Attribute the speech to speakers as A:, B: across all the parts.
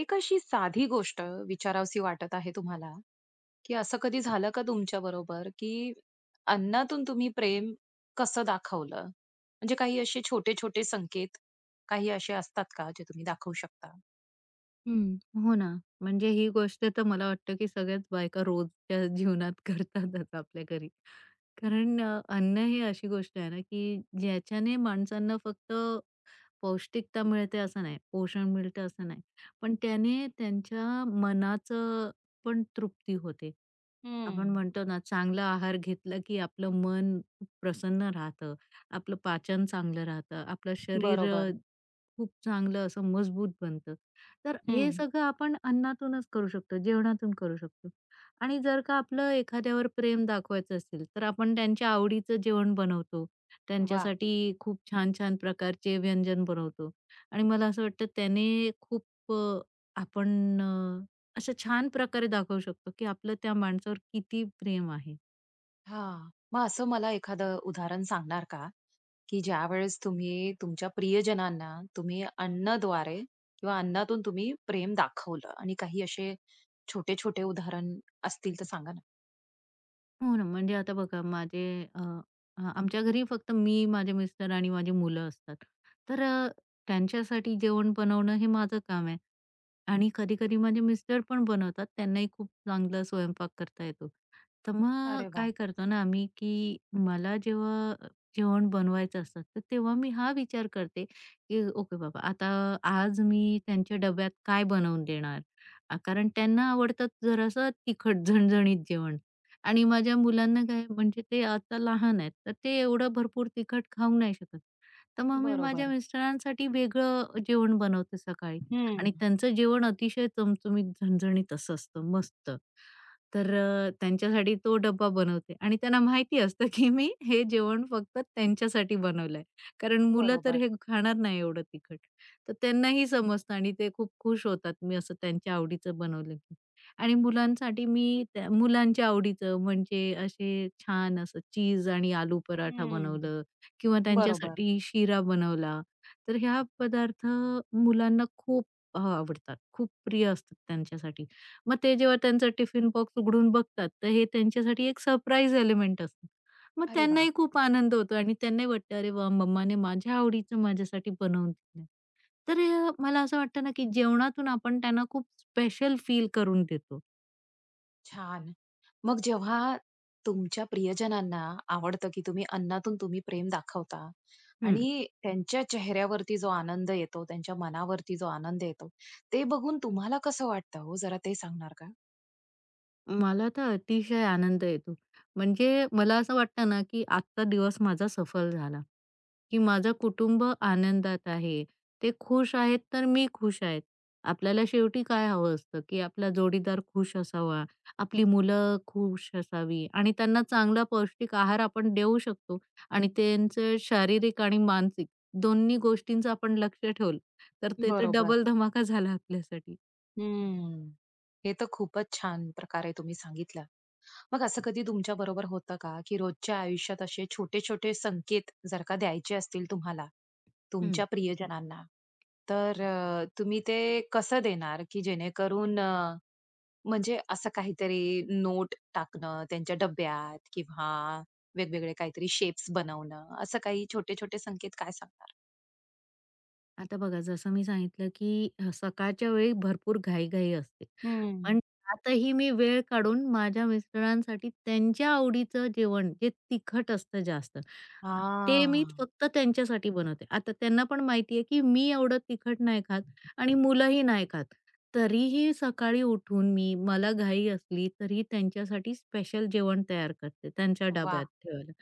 A: एक अशी साधी गोष्ट विचारावीशी वाटत आहे तुम्हाला, की असं कधी झालं का तुमच्या बरोबर, की अन्नातून तुम्ही प्रेम कसं दाखवलं? म्हणजे काही असे छोटे-छोटे संकेत काही असे असतात का जे तुम्ही दाखवू शकता?
B: हं, हो ना. म्हणजे ही गोष्ट तर मला वाटतं, की सगळ्याच बायका रोजच्या जीवनात करतातच आपल्या घरी. कारण अन्न ही अशी गोष्ट आहे ना, की ज्याच्याने माणसांना फक्त पौष्टिकता मिळते असं नाही, पोषण मिळतं असं नाही. पण त्याने त्यांच्या मनाचं पण तृप्ती होते.
A: हं.
B: आपण म्हणतो ना, चांगला आहार घेतला, की आपलं मन खूप प्रसन्न राहतं, आपलं पाचन चांगलं राहतं, आपलं शरीर
A: बरोबर.
B: खूप चांगलं असं मजबूत बनतं. तर हे
A: हं.
B: सगळं आपण अन्नातूनच करू शकतो, जेवणातून करू शकतो. आणि जर का आपलं एखाद्यावर प्रेम दाखवायचं असेल, तर आपण त्यांच्या आवडीचं जेवण बनवतो.
A: वाह!
B: त्यांच्यासाठी खूप छान-छान प्रकारचे व्यंजन बनवतो. आणि मला असं वाटतं त्याने खूप अ, आपण अ, असं छान प्रकारे दाखवू शकतो, की आपलं त्या माणसावर किती प्रेम आहे.
A: हां. मग असं मला एखादं उदाहरण सांगणार का, की ज्यावेळेस तुम्ही तुमच्या प्रियजनांना तुम्ही अन्नद्वारे किंवा अन्नातून तुम्ही प्रेम दाखवलं आणि काही असे छोटे-छोटे उदाहरण असतील तर सांगा ना?
B: हो ना, म्हणजे आता बघा माझे अ, आमच्या घरी फक्त मी, माझे मिस्टर आणि माझी मुलं असतात. तर अ, त्यांच्यासाठी जेवण बनवणं हे माझं काम आहे. आणि कधी-कधी माझे मिस्टर पण बनवतात. त्यांनाही खूप चांगला स्वयंपाक करता येतो. तर मग
A: अरे वाह!
B: काय करतो ना आम्ही, की मला जेव्हा जेवण बनवायचं असतं, तर तेव्हा मी हा विचार करते, की ओके बाबा आता आज मी त्यांच्या डब्यात काय बनवून देणार? कारण त्यांना आवडतं जरासं तिखट, झणझणीत जेवण. आणि माझ्या मुलांना काय म्हणजे ते आता लहान आहेत, तर ते एवढं भरपूर तिखट खाऊ नाही शकत. तर मग मी माझ्या
A: बरोबर.
B: मिस्टरांसाठी वेगळं जेवण बनवते सकाळी
A: हं.
B: आणि त्यांचं जेवण अतिशय चमचमीत, झणझणीत असं असतं मस्त. त्यांच्यासाठी तो डब्बा बनवते आणि त्यांना माहिती असतं, की मी हे जेवण फक्त त्यांच्यासाठी बनवलंय. कारण मुलं तर
A: बरोबर.
B: हे खाणार नाही एवढं तिखट. तर त्यांनाही समजतं आणि ते खूप खुश होतात मी असं त्यांच्या आवडीचं बनवलं की. आणि मुलांसाठी मी त्या मुलांच्या आवडीचं म्हणजे असे छान असं चीज आणि आलू पराठा
A: हं.
B: बनवलं किंवा
A: बरोबर.
B: त्यांच्यासाठी शिरा बनवला. तर ह्या पदार्थ मुलांना खूप आवडतात. खूप प्रिय असतात त्यांच्यासाठी. मग ते जेव्हा त्यांचा टिफिन बॉक्स उघडून बघतात, तर हे त्यांच्यासाठी एक सरप्राईज एलिमेंट असतं. मग
A: अरे वाह!
B: त्यांनाही खूप आनंद होतो आणि त्यांनाही वाटतं, "अरे वाह! मम्माने माझ्या आवडीचं माझ्यासाठी बनवून दिलंय." मला असं वाटतं ना, की जेवणातून आपण त्यांना खूप स्पेशल फील करून देतो.
A: छान. मग जेव्हा तुमच्या प्रियजनांना आवडतं, की तुम्ही अन्नातून तुम्ही प्रेम दाखवता
B: हं.
A: आणि त्यांच्या चेहऱ्यावरती जो आनंद येतो, त्यांच्या मनावरती जो आनंद येतो, ते बघून तुम्हाला कसं वाटतं हो? जरा ते सांगणार का?
B: मला तर अतिशय आनंद येतो. म्हणजे मला असं वाटतं ना, की आजचा दिवस माझा सफल झाला, की माझं कुटुंब आनंदात आहे. ते खुश आहेत, तर मी खुश आहेत. आपल्याला शेवटी काय हवं असतं, की आपला जोडीदार खुश असावा, आपली मुलं खुश असावी आणि त्यांना चांगला पौष्टिक आहार आपण देऊ शकतो आणि त्यांचं शारीरिक आणि मानसिक दोन्ही गोष्टींचं आपण लक्ष ठेवलं, तर ते तर
A: बरोबर.
B: डबल धमाका झाला आपल्यासाठी.
A: हं. हे तर खूपच छान प्रकारे तुम्ही सांगितलं. मग असं कधी तुमच्या बरोबर होतं का, की रोजच्या आयुष्यात असे छोटे-छोटे संकेत जर का द्यायचे असतील तुम्हाला,
B: हं.
A: तुमच्या प्रियजनांना, तर तुम्ही ते कसं देणार, की जेणेकरून म्हणजे असं काहीतरी नोट टाकणं त्यांच्या डब्यात किंवा वेगवेगळे काहीतरी शेप्स बनवणं, असं काही छोटे-छोटे संकेत काय सांगणार?
B: आता बघा जसं मी सांगितलं, की सकाळच्या वेळी भरपूर घाई-घाई असते.
A: हं.
B: पण त्यातही मी वेळ काढून माझ्या मिस्टरांसाठी त्यांच्या आवडीचं जेवण जे तिखट असतं जास्त, अ, ते मी
A: हां.
B: फक्त त्यांच्यासाठी बनवते. आता त्यांना पण माहिती आहे, की मी एवढं तिखट नाही खात आणि मुलंही नाही खात. तरीही सकाळी उठून मी मला घाई असली तरी त्यांच्यासाठी स्पेशल जेवण तयार करते त्यांच्या
A: वाह!
B: डब्यात ठेवायला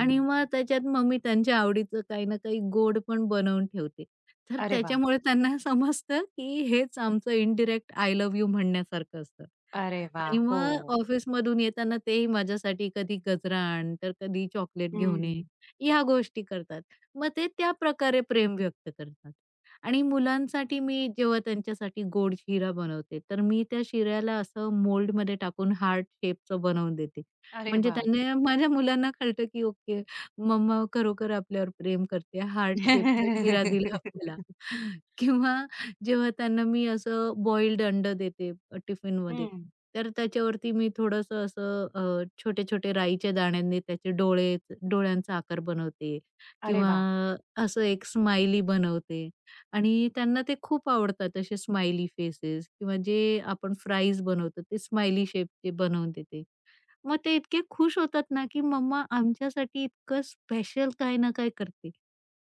B: आणि मग त्याच्यात मग मी त्यांच्या आवडीचं काही ना काही गोड पण बनवून ठेवते. तर
A: अरे वाह!
B: त्याच्यामुळे त्यांना समजतं, की हेच आमचं इनडायरेक्ट आय लव्ह यू म्हणण्यासारखं असतं.
A: अरे वाह!
B: आणि
A: हो.
B: मग ऑफिसमधून येताना तेही माझ्यासाठी कधी गजरा आण, तर कधी चॉकलेट घेऊन
A: हं.
B: ये, ह्या गोष्टी करतात. मग ते त्या प्रकारे प्रेम व्यक्त करतात. आणि मुलांसाठी मी जेव्हा त्यांच्यासाठी गोड शिरा बनवते, तर मी त्या शिऱ्याला असं मोल्डमध्ये टाकून हार्ट शेपचं बनवून देते.
A: अरे
B: म्हणजे
A: वाह!
B: त्यांना माझ्या मुलांना कळतं, की ओके मम्मा खरोखर आपल्यावर प्रेम करते. हार्ट शेपचा शिरा दिला आपल्याला. किंवा जेव्हा त्यांना मी असं बॉइल्ड अंड देते टिफिनमध्ये,
A: हं.
B: तर त्याच्यावरती मी थोडंसं असं छोटे-छोटे राईच्या दाण्यांनी त्याचे डोळे डोळ्यांचा आकार बनवते
A: अरे
B: किंवा
A: वाह!
B: असं एक स्माइली बनवते आणि त्यांना ते खूप आवडतात असे स्माइली फेसेस किंवा जे आपण फ्राईज बनवतो ते स्माइली शेपचे बनवून देते. मग ते इतके खुश होतात ना, की मम्मा आमच्यासाठी इतकं स्पेशल काही ना काही करते.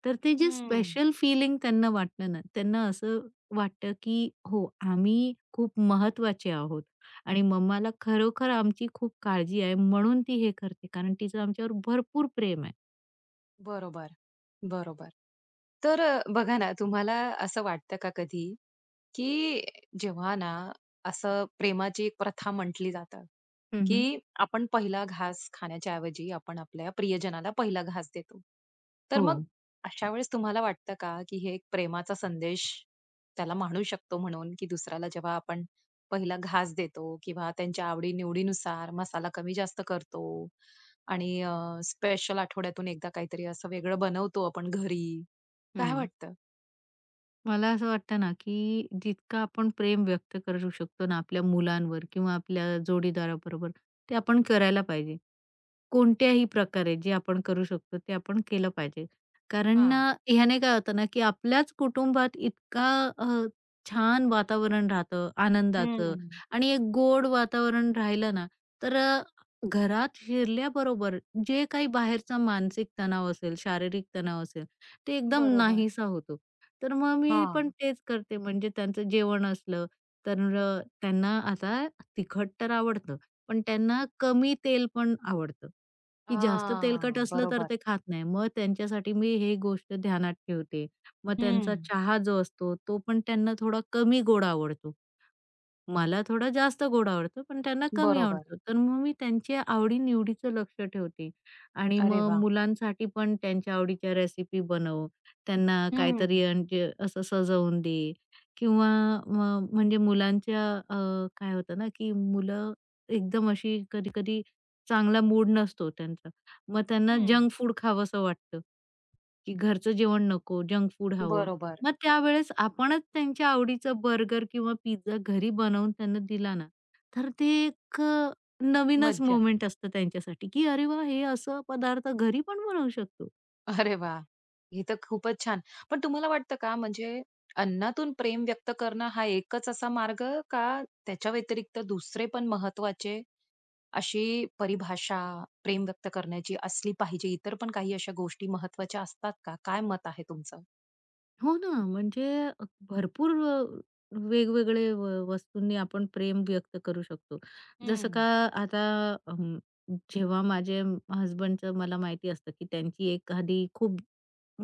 B: तर ते जे
A: हं.
B: स्पेशल फीलिंग त्यांना वाटलं ना, त्यांना असं वाटतं, की हो, आम्ही खूप महत्वाचे आहोत आणि मम्माला खरोखर आमची खूप काळजी आहे म्हणून ती हे करते, कारण तिचं आमच्यावर भरपूर प्रेम आहे.
A: बरोबर, बरोबर. तर बघा ना, तुम्हाला असं वाटतं का कधी, की जेव्हा ना असं प्रेमाची एक प्रथा म्हटली जातं,
B: हं,
A: की
B: हं.
A: आपण पहिला घास खाण्याच्या ऐवजी आपण आपल्या प्रियजनाला पहिला घास देतो. तर
B: हो.
A: मग अशा वेळेस तुम्हाला वाटतं का, की हे एक प्रेमाचा संदेश त्याला म्हणू शकतो म्हणून, की दुसऱ्याला जेव्हा आपण पहिला घास देतो किंवा त्यांच्या आवडी मसाला कमी जास्त करतो आणि स्पेशल आठवड्यातून एकदा काहीतरी असं वेगळं बनवतो आपण घरी. काय
B: हं.
A: वाटतं?
B: मला असं वाटतं ना, की जितकं आपण प्रेम व्यक्त करू शकतो ना आपल्या मुलांवर किंवा आपल्या जोडीदाराबरोबर, ते आपण करायला पाहिजे. कोणत्याही प्रकारे जे आपण करू शकतो ते आपण केलं पाहिजे. कारण
A: हां.
B: ह्याने काय होतं ना, की आपल्याच कुटुंबात इतका अ, छान वातावरण राहतं आनंदाचं
A: हं.
B: आणि एक गोड वातावरण राहिलं ना, तर अ, घरात शिरल्याबरोबर जे काही बाहेरचा मानसिक तणाव असेल, शारीरिक तणाव असेल, ते एकदम
A: बरोबर.
B: नाहीसा होतो. तर मग मी पण
A: हां.
B: तेच करते म्हणजे त्यांचं जेवण असलं, त्यांना आता तिखट तर आवडतं. पण त्यांना कमी तेल पण आवडतं, की जास्त तेलकट
A: हां.
B: असलं तर
A: बरोबर.
B: ते खात नाही. मग त्यांच्यासाठी मी हे गोष्ट ध्यानात ठेवते. मग
A: हं.
B: त्यांचा चहा जो असतो, तो पण त्यांना थोडा कमी गोड आवडतो. मला थोडा जास्त गोड आवडतो, पण त्यांना कमी
A: बरोबर.
B: आवडतो. तर मग मी त्यांच्या आवडी-निवडीचं लक्ष ठेवते आणि
A: अरे
B: मग
A: वाह!
B: मुलांसाठी पण त्यांच्या आवडीच्या रेसिपी बनव. त्यांना
A: हं.
B: काहीतरी म्हणजे असं सजवून दे किंवा मग म्हणजे अ, काय होतं ना, की मुलं एकदम अशी कधी-कधी चांगला मूड नसतो त्यांचा. मग त्यांना
A: हं.
B: जंक फूड खावंसं वाटतं, की घरचं जेवण नको, जंक फूड हवं.
A: बरोबर.
B: मग त्यावेळेस आपणच त्यांच्या आवडीचा बर्गर किंवा पिझ्झा घरी बनवून त्यांना दिला ना, तर ते एक नवीनच
A: मज्जा.
B: मोमेंट असतं त्यांच्यासाठी, की "अरे वा, हे असं पदार्थ घरी पण बनवू शकतो."
A: अरे वाह! हे तर खूपच छान. पण तुम्हाला वाटतं का म्हणजे अन्नातून प्रेम व्यक्त करणं हा एकच असा मार्ग का त्याच्या व्यतिरिक्त दुसरे पण महत्त्वाचे अशी परिभाषा प्रेम व्यक्त करण्याची असली पाहिजे? इतर पण काही अशा गोष्टी महत्त्वाच्या असतात का? काय मत आहे तुमचं?
B: हो ना, म्हणजे अ, भरपूर वेगवेगळे व वस्तूंनी आपण प्रेम व्यक्त करू शकतो. जसं
A: हं.
B: का आता अं, जेव्हा हसबंडचं मला माहिती असतं, की त्यांची एखादी खूप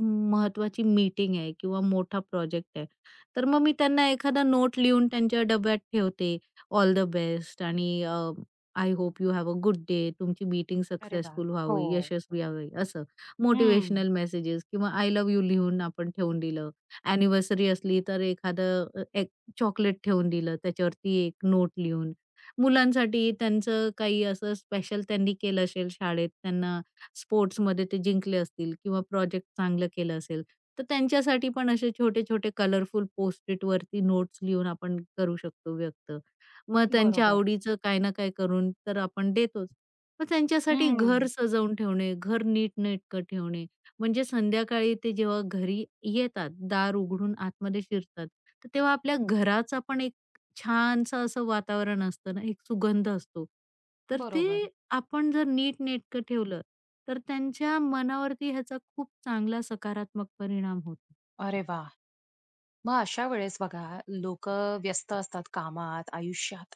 B: महत्वाची मीटिंग आहे किंवा मोठा प्रोजेक्ट आहे. तर मग मी त्यांना एखादा नोट लिहून त्यांच्या डब्यात ठेवते. ऑल द बेस्ट आणि I hope you have a good day. तुमची मीटिंग
A: अरे वाह!
B: सक्सेसफुल
A: हो.
B: व्हावी, यशस्वी व्हावी असं.
A: हं,
B: मोटिव्हेशनल मेसेजेस किंवा आय लव्ह यू लिहून आपण ठेवून दिलं. अॅनिव्हर्सरी असली तर एक चॉकलेट ठेवून दिलं, त्याच्यावरती एक नोट लिहून. मुलांसाठी त्यांचं काही असं स्पेशल त्यांनी केलं असेल शाळेत, त्यांना स्पोर्ट्समध्ये ते जिंकले असतील किंवा प्रोजेक्ट चांगलं केलं असेल, तर त्यांच्यासाठी पण असे छोटे-छोटे कलरफुल पोस्ट-इटवरती नोट्स लिहून आपण करू शकतो व्यक्त. मग त्यांच्या
A: बरोबर.
B: आवडीचं काही ना काही करून तर आपण देतोच. मग त्यांच्यासाठी
A: हं,
B: घर सजवून ठेवणे, घर नीटनेटकं ठेवणे म्हणजे संध्याकाळी ते जेव्हा घरी येतात, दार उघडून आतमध्ये शिरतात, तर तेव्हा आपल्या घराचा पण एक छानसं असं वातावरण असतं ना, एक सुगंध असतो. तर ते
A: बरोबर.
B: आपण जर नीटनेटकं ठेवलं, तर त्यांच्या मनावरती ह्याचा खूप चांगला सकारात्मक परिणाम होतो.
A: अरे वा, मग अशा वेळेस बघा लोकं व्यस्त असतात कामात, आयुष्यात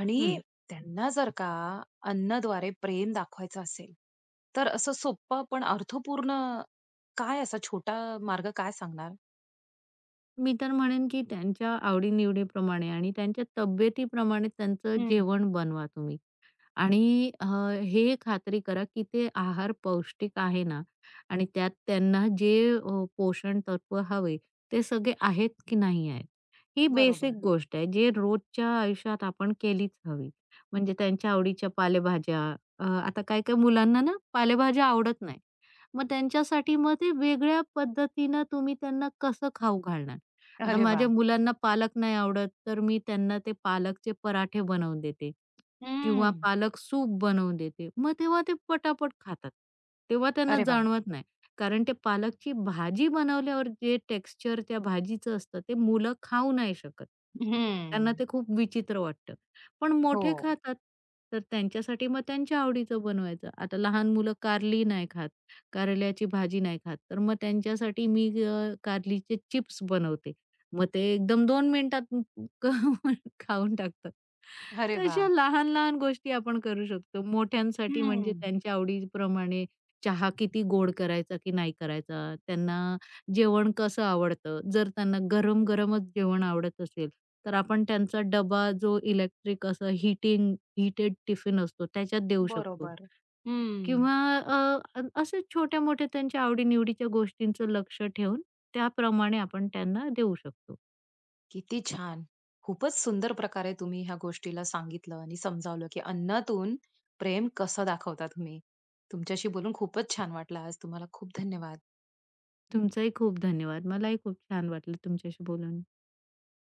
A: आणि
B: हं.
A: त्यांना जर का अन्नाद्वारे प्रेम दाखवायचं असेल, तर असं सोप्पं पण अर्थपूर्ण काय असा छोटा मार्ग काय सांगणार?
B: मी तर म्हणेन, की त्यांच्या आवडी आणि त्यांच्या तब्येतीप्रमाणे त्यांचं
A: हं,
B: जेवण बनवा तुम्ही. आणि हे खात्री करा, की ते आहार पौष्टिक आहे ना आणि त्यात त्यांना जे पोषण तत्व हवे ते सगळे आहेत की नाही आहेत. ही बेसिक
A: बरोबर.
B: गोष्ट आहे, जे रोजच्या आयुष्यात आपण केलीच हवी. म्हणजे त्यांच्या आवडीच्या आता काही-काही मुलांना ना पालेभाज्या आवडत नाही. मग त्यांच्यासाठी मग ते वेगळ्या पद्धतीनं तुम्ही त्यांना कसं खाऊ घालणार? आता
A: अरे
B: माझ्या
A: वाह!
B: मुलांना पालक नाही आवडत, तर मी त्यांना ते पालकचे पराठे बनवून देते. किंवा
A: हं,
B: पालक सूप बनवून देते. मग तेव्हा ते पटापट खातात. तेव्हा त्यांना
A: अरे वाह!
B: जाणवत नाही. कारण ते पालकची भाजी बनवल्यावर जे टेक्स्चर त्या भाजीचं असतं, ते मुलं खाऊ नाही शकत.
A: हं,
B: त्यांना ते खूप विचित्र वाटतं. पण मोठे
A: हो.
B: खातात, तर त्यांच्यासाठी मग त्यांच्या आवडीचं बनवायचं. आता लहान मुलं कारली नाही खात, कारल्याची भाजी नाही खात, तर मग त्यांच्यासाठी मी कारलीचे चिप्स बनवते. मग ते एकदम 2 मिनिटात खाऊन टाकतात.
A: अरे
B: तर अशा
A: वाह!
B: लहान-लहान गोष्टी आपण करू शकतो. मोठ्यांसाठी
A: हं,
B: म्हणजे त्यांच्या आवडीप्रमाणे चहा किती गोड करायचा की नाही करायचा, त्यांना जेवण कसं आवडतं. जर त्यांना गरम-गरमच जेवण आवडत असेल, तर आपण त्यांचा डबा जो इलेक्ट्रिक असं हीटेड टिफिन असतो त्याच्यात देऊ शकतो
A: बरोबर. हं.
B: किंवा अ, अ- असे छोट्या-मोठ्या त्यांच्या आवडी गोष्टींचं लक्ष ठेवून त्याप्रमाणे आपण त्यांना देऊ शकतो.
A: किती छान! खूपच सुंदर प्रकारे तुम्ही ह्या गोष्टीला सांगितलं आणि समजावलं, की अन्नातून प्रेम कसं दाखवता तुम्ही. तुमच्याशी बोलून खूपच छान वाटलं आज. तुम्हाला खूप धन्यवाद.
B: तुमचाही खूप धन्यवाद. मलाही खूप छान वाटलं तुमच्याशी बोलून.